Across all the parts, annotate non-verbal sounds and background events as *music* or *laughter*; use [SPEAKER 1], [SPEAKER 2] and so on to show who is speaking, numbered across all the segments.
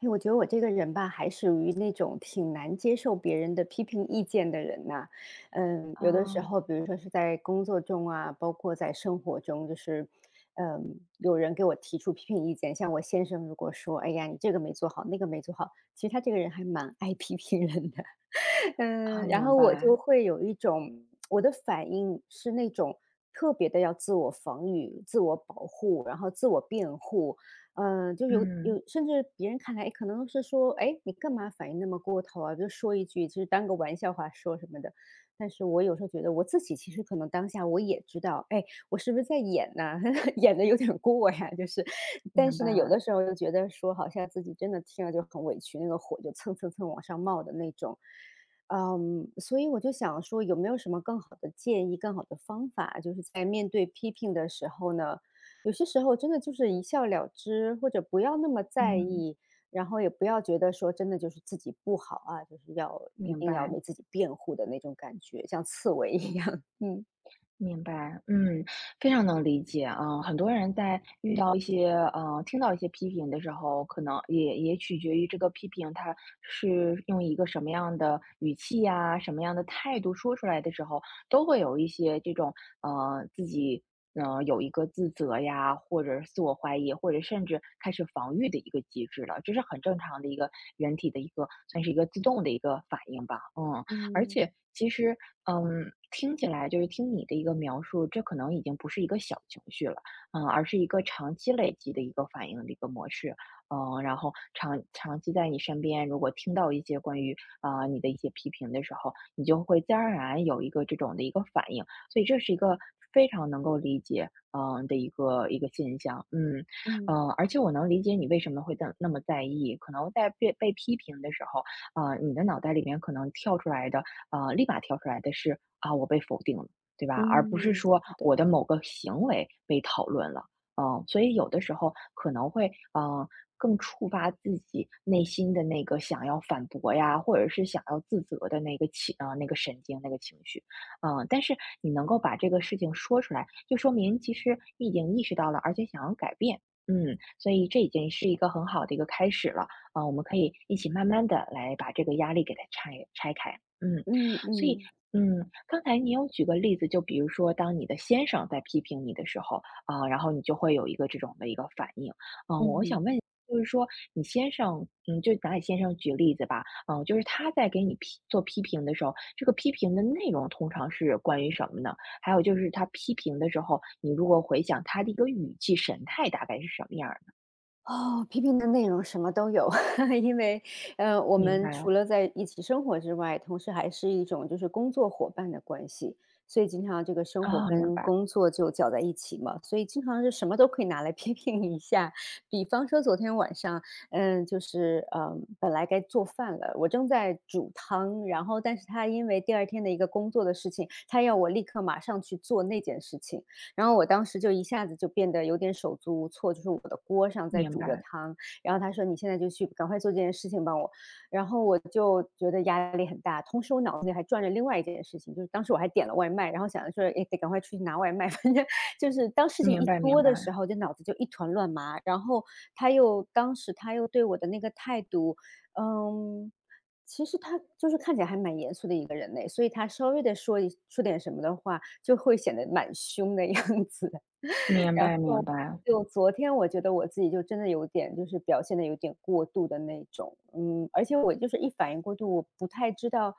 [SPEAKER 1] 哎，我觉得我这个人吧，还属于那种挺难接受别人的批评意见的人呐。嗯，有的时
[SPEAKER 2] 啊，
[SPEAKER 1] 候，比如说是在工作中啊，包括在生活中，就是，嗯，有人给我提出批评意见，像我先生如果说，哎呀，你这个没做好，那个没做好，其实他这个人还蛮爱批评人的。
[SPEAKER 2] 啊，
[SPEAKER 1] 嗯，然
[SPEAKER 2] 明
[SPEAKER 1] 后我就
[SPEAKER 2] 白，
[SPEAKER 1] 会有一种我的反应是那种特别的要自我防御、自我保护，然后自我辩护。嗯，就有
[SPEAKER 2] 嗯，
[SPEAKER 1] 有甚至别人看来，诶可能是说：“哎，你干嘛反应那么过头啊？”就说一句，就是当个玩笑话说什么的。但是我有时候觉得我自己其实可能当下我也知道，哎，我是不是在演呐，*laughs* 演的有点过呀，就是。但
[SPEAKER 2] 明
[SPEAKER 1] 是
[SPEAKER 2] 白，
[SPEAKER 1] 呢，有的时候又觉得说好像自己真的听了就很委屈，那个火就蹭蹭蹭往上冒的那种。嗯，所以我就想说，有没有什么更好的建议、更好的方法，就是在面对批评的时候呢，有些时候真的就是一笑了之，或者不要那么在
[SPEAKER 2] 嗯，
[SPEAKER 1] 意，然后也不要觉得说真的就是自己不好啊，就是要一
[SPEAKER 2] 明
[SPEAKER 1] 定要
[SPEAKER 2] 白。
[SPEAKER 1] 为自己辩护的那种感觉，像刺猬一样。*laughs* 嗯
[SPEAKER 2] 明白，嗯，非常能理解啊。很多人在遇到一些听到一些批评的时候，可能也取决于这个批评，它是用一个什么样的语气呀，什么样的态度说出来的时候，都会有一些这种自己有一个自责呀，或者是自我怀疑，或者甚至开始防御的一个机制了。这是很正常的一个人体的一个算是一个自动的一个反应吧，嗯。而
[SPEAKER 1] 嗯
[SPEAKER 2] 且其实，嗯，听起来就是听你的一个描述，这可能已经不是一个小情绪了，嗯，而是一个长期累积的一个反应的一个模式。嗯，然后长期在你身边，如果听到一些关于你的一些批评的时候，你就会自然而然有一个这种的一个反应。所以这是一个非常能够理解的一个现象，嗯。
[SPEAKER 1] 嗯
[SPEAKER 2] 而且我能理解你为什么会那么在意。可能在被批评的时候，你的脑袋里面可能跳出来的啊，立马跳出来的是，我被否定了，对吧？而不是
[SPEAKER 1] 嗯，
[SPEAKER 2] 说
[SPEAKER 1] 是的，
[SPEAKER 2] 我的某个行为被讨论了。嗯，所以有的时候可能会，嗯，更触发自己内心的那个想要反驳呀，或者是想要自责的那个情，呃，那个神经，那个情绪。嗯，但是你能够把这个事情说出来，就说明其实你已经意识到了，而且想要改变。嗯，所以这已经是一个很好的一个开始了。我们可以一起慢慢的来把这个压力给它拆开。嗯。
[SPEAKER 1] 嗯
[SPEAKER 2] 所以，
[SPEAKER 1] 嗯
[SPEAKER 2] 嗯，刚才你有举个例子，就比如说，当你的先生在批评你的时候，然后你就会有一个这种的一个反应。嗯，我
[SPEAKER 1] 嗯。
[SPEAKER 2] 想问，就是说，你先生，嗯，就拿你先生举例子吧。嗯，就是他在给你做批评的时候，这个批评的内容通常是关于什么呢？还有就是他批评的时候，你如果回想他的一个语气、神态，大概是什么样儿的？
[SPEAKER 1] 哦，批评的内容什么都有，*laughs* 因为，我
[SPEAKER 2] 明
[SPEAKER 1] 们
[SPEAKER 2] 白，
[SPEAKER 1] 除了在一起生活之外，同时还是一种就是工作伙伴的关系，所以经常这个生活
[SPEAKER 2] 啊，明
[SPEAKER 1] 跟
[SPEAKER 2] 白，
[SPEAKER 1] 工作就搅在一起嘛，所以经常是什么都可以拿来 *laughs* 批评一下。比方说昨天晚上，嗯，就是嗯，本来该做饭了，我正在煮汤，然后但是他因为第二天的一个工作的事情，他要我立刻马上去做那件事情，然后我当时就一下子就变得有点手足无措，就是我的锅上在
[SPEAKER 2] 明
[SPEAKER 1] 煮着
[SPEAKER 2] 白，
[SPEAKER 1] 汤，然后他说：“你现在就去赶快做这件事情帮我。”然后我就觉得压力很大，同时我脑子里还转着另外一件事情，就是当时我还点了外卖，然后想着说：“哎得赶快出去拿外卖。*laughs*” 反正就是当事情
[SPEAKER 2] 明
[SPEAKER 1] 一
[SPEAKER 2] 白，明
[SPEAKER 1] 多的时
[SPEAKER 2] 白，
[SPEAKER 1] 候，就脑子就一团乱麻。然后当时他又对我的那个态度，嗯。其实他就是看起来还蛮严肃的一个人类，所以他稍微的说点什么的话，就会显得蛮凶的样子。
[SPEAKER 2] 明白，明白，
[SPEAKER 1] 就昨天我觉得我自己就真的有点就是表现的有点过度的那种，嗯，而且我就是一反应过度，我不太知道，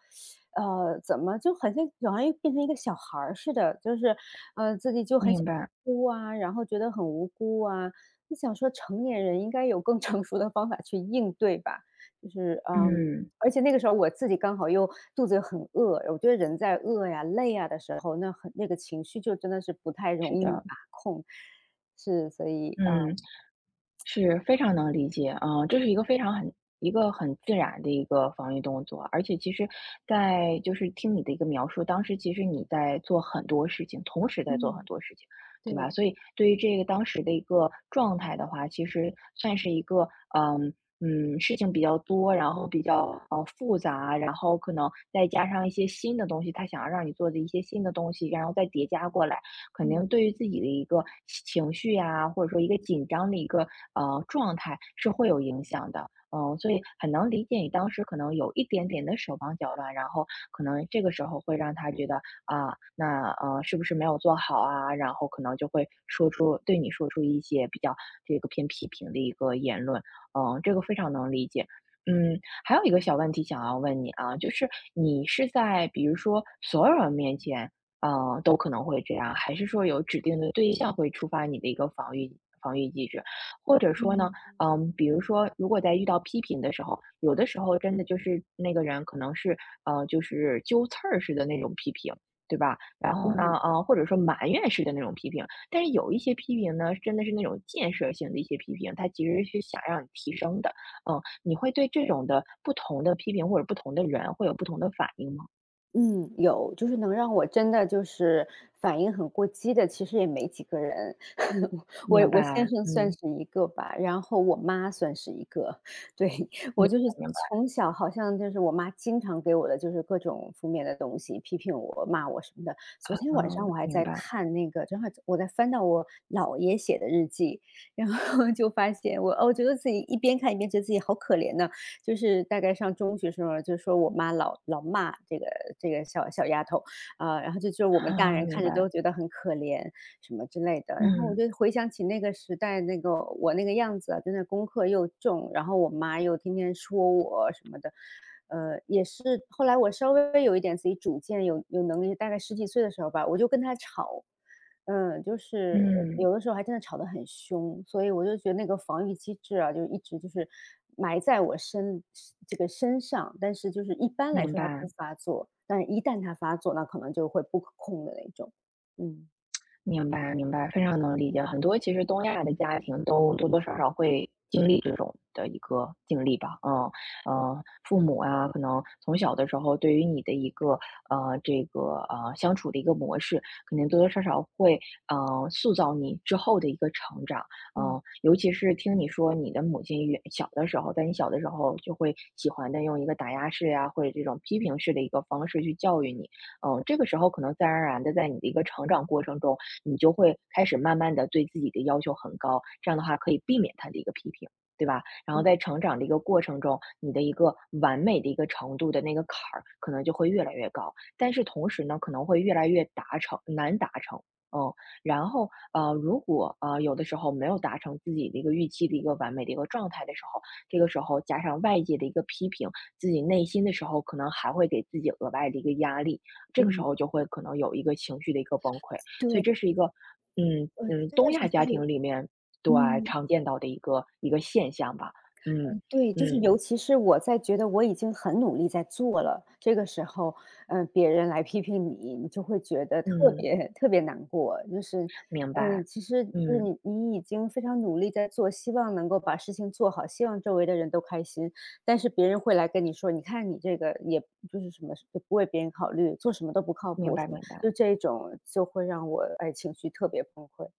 [SPEAKER 1] 怎么就好像又变成一个小孩儿似的，就是，自己就很
[SPEAKER 2] 明
[SPEAKER 1] 想
[SPEAKER 2] 白，
[SPEAKER 1] 哭啊，然后觉得很无辜啊。就想说成年人应该有更 *laughs* 成熟的方法去应对吧，就是，嗯，
[SPEAKER 2] 嗯。
[SPEAKER 1] 而且那个时候我自己刚好又肚子又很饿，我觉得人在饿呀、累呀的时候，那很那个情绪就真的是不太容
[SPEAKER 2] 是
[SPEAKER 1] 易
[SPEAKER 2] 的，
[SPEAKER 1] 把控。是，所以，啊，
[SPEAKER 2] 嗯，是非常能理解啊。这是一个非常很一个很自然的一个防御动作。而且其实，就是听你的一个描述，当时其实你在做很多事情，同时在做
[SPEAKER 1] 嗯。
[SPEAKER 2] 很
[SPEAKER 1] 嗯
[SPEAKER 2] 多事情，对吧？
[SPEAKER 1] 对，
[SPEAKER 2] 所以对于这个当时的一个状态的话，其实算是一个，嗯事情比较多，然后比较复杂，然后可能再加上一些新的东西，他想要让你做的一些新的东西，然后再叠加过来。肯定
[SPEAKER 1] 嗯，
[SPEAKER 2] 对于自己的一个情绪呀，或者说一个紧张的一个状态是会有影响的。嗯，所以很能理解你当时可能有一点点的手忙脚乱。然后可能这个时候会让他觉得啊，那是不是没有做好啊？然后可能就会对你说出一些比较这个偏批评的一个言论。嗯，这个非常能理解。嗯，还有一个小问题想要问你啊，就是你是在比如说所有人面前，呃，都可能会这样，还是说有指定的对象会触发你的一个防御机制？或者说呢，
[SPEAKER 1] 嗯，
[SPEAKER 2] 嗯，比如说，如果在遇到批评的时候，有的时候真的就是那个人可能是就是揪刺儿似的那种批评，对吧？然后呢，
[SPEAKER 1] 嗯
[SPEAKER 2] 或者说埋怨式的那种批评。但是有一些批评呢，真的是那种建设性的一些批评，他其实是想让你提升的。嗯，你会对这种的不同的批评或者不同的人会有不同的反应吗？
[SPEAKER 1] 嗯，有，就是能让我真的就是反应很过激的，其实也没几个人。*laughs*
[SPEAKER 2] 明
[SPEAKER 1] 我先
[SPEAKER 2] 白，
[SPEAKER 1] 生算
[SPEAKER 2] 嗯，
[SPEAKER 1] 是一个吧，然后我妈算是一个。*laughs* 对，
[SPEAKER 2] 明
[SPEAKER 1] 我就是
[SPEAKER 2] 白，明白。
[SPEAKER 1] 从小好像就是我妈经常给我的就是各种负面的东西，批评我、骂我什么的。昨天晚上
[SPEAKER 2] 哦，
[SPEAKER 1] 我还
[SPEAKER 2] 明
[SPEAKER 1] 在
[SPEAKER 2] 白，
[SPEAKER 1] 看那个，正好我在翻到我姥爷写的日记，然后 *laughs* 就发现我，哦，我觉得自己一边看一边觉得自己好可怜呐。就是大概上中学时候就是说我妈老骂这个小丫头，啊，然后就我们大
[SPEAKER 2] 啊，
[SPEAKER 1] 人
[SPEAKER 2] 明
[SPEAKER 1] 看
[SPEAKER 2] 白，
[SPEAKER 1] 着都觉得很可怜什么之类的。然后我
[SPEAKER 2] 嗯，
[SPEAKER 1] 就回想起那个时代，那个我那个样子啊，真的功课又重，然后我妈又天天说我什么的。也是后来我稍微有一点自己主见，有能力，大概十几岁的时候吧，我就跟她吵。嗯，就是
[SPEAKER 2] 嗯，
[SPEAKER 1] 有的时候还真的吵得很凶，所以我就觉得那个防御机制啊，就一直就是埋在这个身上，但是就是一般来
[SPEAKER 2] 明
[SPEAKER 1] 说它
[SPEAKER 2] 白，
[SPEAKER 1] 不发作，但是一旦它发作，那可能就会不可控的那种。嗯。
[SPEAKER 2] 明白，明白，非常能理解。很多其实东亚的家庭都多多少少会经历这种的一个经历吧。嗯，嗯，父母啊，可能从小的时候对于你的一个这个相处的一个模式，肯定多多少少会塑造你之后的一个成长。
[SPEAKER 1] 嗯
[SPEAKER 2] 嗯，尤其是听你说你的母亲原小的时候，在你小的时候就会喜欢的用一个打压式呀，或者这种批评式的一个方式去教育你。嗯，这个时候可能自然而然的在你的一个成长过程中，你就会开始慢慢的对自己的要求很高，这样的话可以避免他的一个批评，对吧？然后在
[SPEAKER 1] 嗯
[SPEAKER 2] 成长的一个过程中，你的一个完美的一个程度的那个坎儿，可能就会越来越高，但是同时呢，可能会越来越难达成。嗯，然后如果有的时候没有达成自己的一个预期的一个完美的一个状态的时候，这个时候加上外界的一个批评，自己内心的时候可能还会给自己额外的一个压力，这个时
[SPEAKER 1] 嗯，
[SPEAKER 2] 候就会可能有一个情绪的一个崩溃。所以
[SPEAKER 1] 对，
[SPEAKER 2] 这是一个，嗯嗯，
[SPEAKER 1] 真的
[SPEAKER 2] 东
[SPEAKER 1] 是
[SPEAKER 2] 亚
[SPEAKER 1] 就
[SPEAKER 2] 家
[SPEAKER 1] 是
[SPEAKER 2] 庭里面对
[SPEAKER 1] 嗯。
[SPEAKER 2] 常见到的一个现象吧。嗯
[SPEAKER 1] 对，就是
[SPEAKER 2] 嗯
[SPEAKER 1] 尤其是我在觉得我已经很努力在做了，这个时候，嗯，别人来批评你，你就会觉得特
[SPEAKER 2] 嗯，
[SPEAKER 1] 别特别难过。就是，
[SPEAKER 2] 明
[SPEAKER 1] 嗯，
[SPEAKER 2] 白，
[SPEAKER 1] 其实就是
[SPEAKER 2] 嗯，
[SPEAKER 1] 你已经非常努力在做，希望能够把事情做好，希望周围的人都开心，但是别人会来跟你说，你看你这个也就是什么也不为别人考虑，做什么都不靠
[SPEAKER 2] 明
[SPEAKER 1] 谱，什
[SPEAKER 2] 白，
[SPEAKER 1] 么
[SPEAKER 2] 明白。
[SPEAKER 1] 就这种就会让我哎情绪特别崩溃。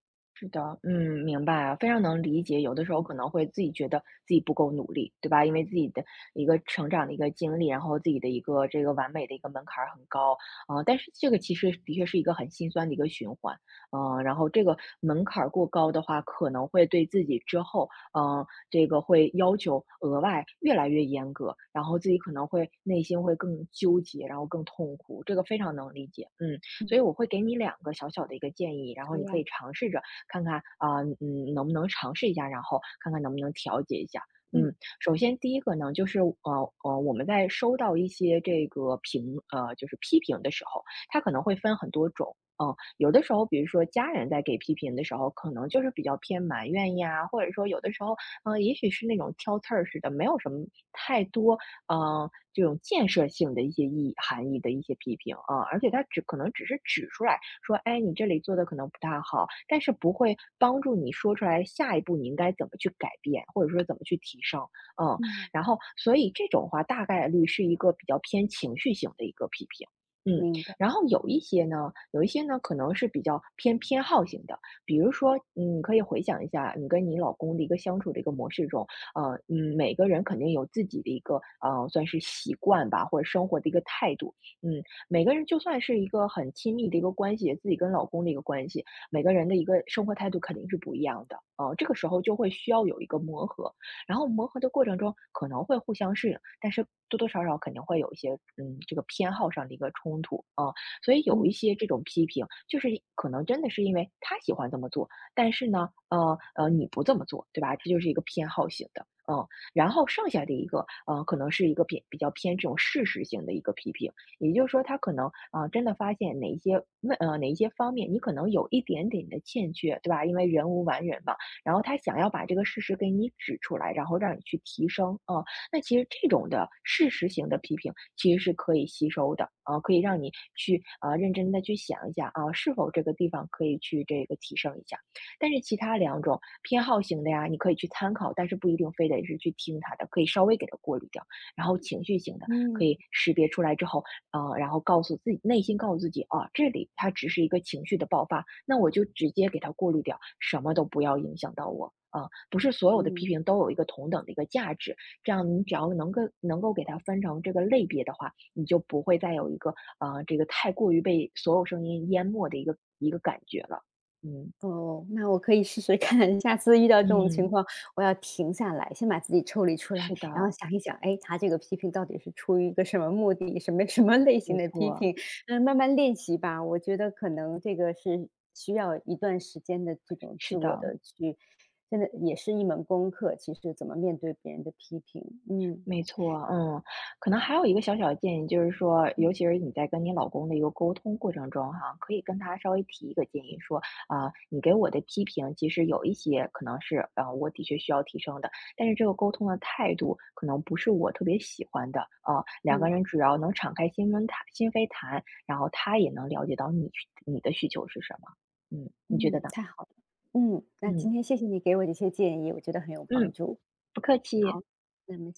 [SPEAKER 2] 是的，嗯，明白啊，非常能理解。有的时候可能会自己觉得自己不够努力，对吧？因为自己的一个成长的一个经历，然后自己的一个这个完美的一个门槛儿很高。但是这个其实的确是一个很心酸的一个循环。然后这个门槛儿过高的话，可能会对自己之后，这个会要求额外越来越严格，然后自己可能会内心会更纠结，然后更痛苦，这个非常能理解。嗯，所
[SPEAKER 1] 嗯，
[SPEAKER 2] 以我会给你两个小小的一个建议，然后
[SPEAKER 1] 好
[SPEAKER 2] 你可以
[SPEAKER 1] 呀，
[SPEAKER 2] 尝试着看看啊。嗯，能不能尝试一下，然后看看能不能调节一下。
[SPEAKER 1] 嗯
[SPEAKER 2] 嗯，首先第一个呢，就是我们在收到一些这个就是批评的时候，它可能会分很多种。嗯，有的时候，比如说家人在给批评的时候，可能就是比较偏埋怨呀，或者说有的时候，嗯，也许是那种挑刺儿似的，没有什么太多这种建设性的一些含义的一些批评啊。而且它只可能只是指出来，说，哎，你这里做的可能不大好，但是不会帮助你说出来下一步你应该怎么去改变，或者说怎么去提升。嗯，
[SPEAKER 1] 嗯，
[SPEAKER 2] 然后所以这种话大概率是一个比较偏情绪型的一个批评。嗯，
[SPEAKER 1] 明白，
[SPEAKER 2] 然后有一
[SPEAKER 1] 嗯
[SPEAKER 2] 些呢，有一些呢可能是比较偏好型的。比如说，嗯，可以回想一下你跟你老公的一个相处的一个模式中，每个人肯定有自己的一个算是习惯吧，或者生活的一个态度。嗯，每个人就算是一个很亲密的一个关系，自己跟老公的一个关系，每个人的一个生活态度肯定是不一样的。啊。这个时候就会需要有一个磨合，然后磨合的过程中可能会互相适应。但是多多少少肯定会有一些，嗯，这个偏好上的一个冲突所以有一
[SPEAKER 1] 嗯
[SPEAKER 2] 些这种批评，就是可能真的是因为他喜欢这么做，但是呢，你不这么做，对吧？这就是一个偏好型的。嗯，然后剩下的一个，可能是一个比较偏这种事实性的一个批评。也就是说，他可能真的发现哪一些方面你可能有一点点的欠缺，对吧？因为人无完人嘛，然后他想要把这个事实给你指出来，然后让你去提升啊。那其实这种的事实型的批评其实是可以吸收的啊。可以让你去认真的去想一下啊，是否这个地方可以去这个提升一下。但是其他两种偏好型的呀，你可以去参考，但是不一定非得是去听他的，可以稍微给他过滤掉。然后情绪型的可
[SPEAKER 1] 嗯
[SPEAKER 2] 以识别出来之后，啊，然后告诉自己，啊，这里它只是一个情绪的爆发，那我就直接给它过滤掉，什么都不要影响到我。不是所有的批
[SPEAKER 1] 嗯。
[SPEAKER 2] 评都有一个同等的一个价值。这样你只要能够给它分成这个类别的话，你就不会再有一个这个太过于被所有声音淹没的一个感觉了。嗯
[SPEAKER 1] 哦，那我可以试试看，*laughs* 下次遇到这种情
[SPEAKER 2] 嗯，
[SPEAKER 1] 况，我要停下来，先把自己抽离出来，
[SPEAKER 2] 是
[SPEAKER 1] 然后
[SPEAKER 2] 的，
[SPEAKER 1] 想一想，哎，他这个批评到底是出于一个什么目的，什么 *laughs* 什么类
[SPEAKER 2] 没
[SPEAKER 1] 型的批
[SPEAKER 2] 错，
[SPEAKER 1] 评？嗯，慢慢练习吧，我觉得可能这个是需要一段时间的这种
[SPEAKER 2] 是
[SPEAKER 1] 自我
[SPEAKER 2] 的。
[SPEAKER 1] 的去，真的也是一门功课，其实怎么面对别人的批评，嗯
[SPEAKER 2] 没错，嗯，可能还有一个小小的建议，就是说，尤其
[SPEAKER 1] 嗯
[SPEAKER 2] 是你在跟你老公的一个沟通过程中哈，可以跟他稍微提一个建议，说你给我的批评，其实有一些可能是我的确需要提升的，但是这个沟通的态度可能不是我特别喜欢的两个
[SPEAKER 1] 嗯
[SPEAKER 2] 人只要能敞开心扉谈，然后他也能了解到你的需求是什么。嗯，你觉得
[SPEAKER 1] 嗯，
[SPEAKER 2] 呢？
[SPEAKER 1] 太好了，嗯，那
[SPEAKER 2] 嗯
[SPEAKER 1] 今天谢谢你给我这些建议，我觉得很有帮
[SPEAKER 2] 嗯，
[SPEAKER 1] 助，
[SPEAKER 2] 不客气。
[SPEAKER 1] 好，那我么。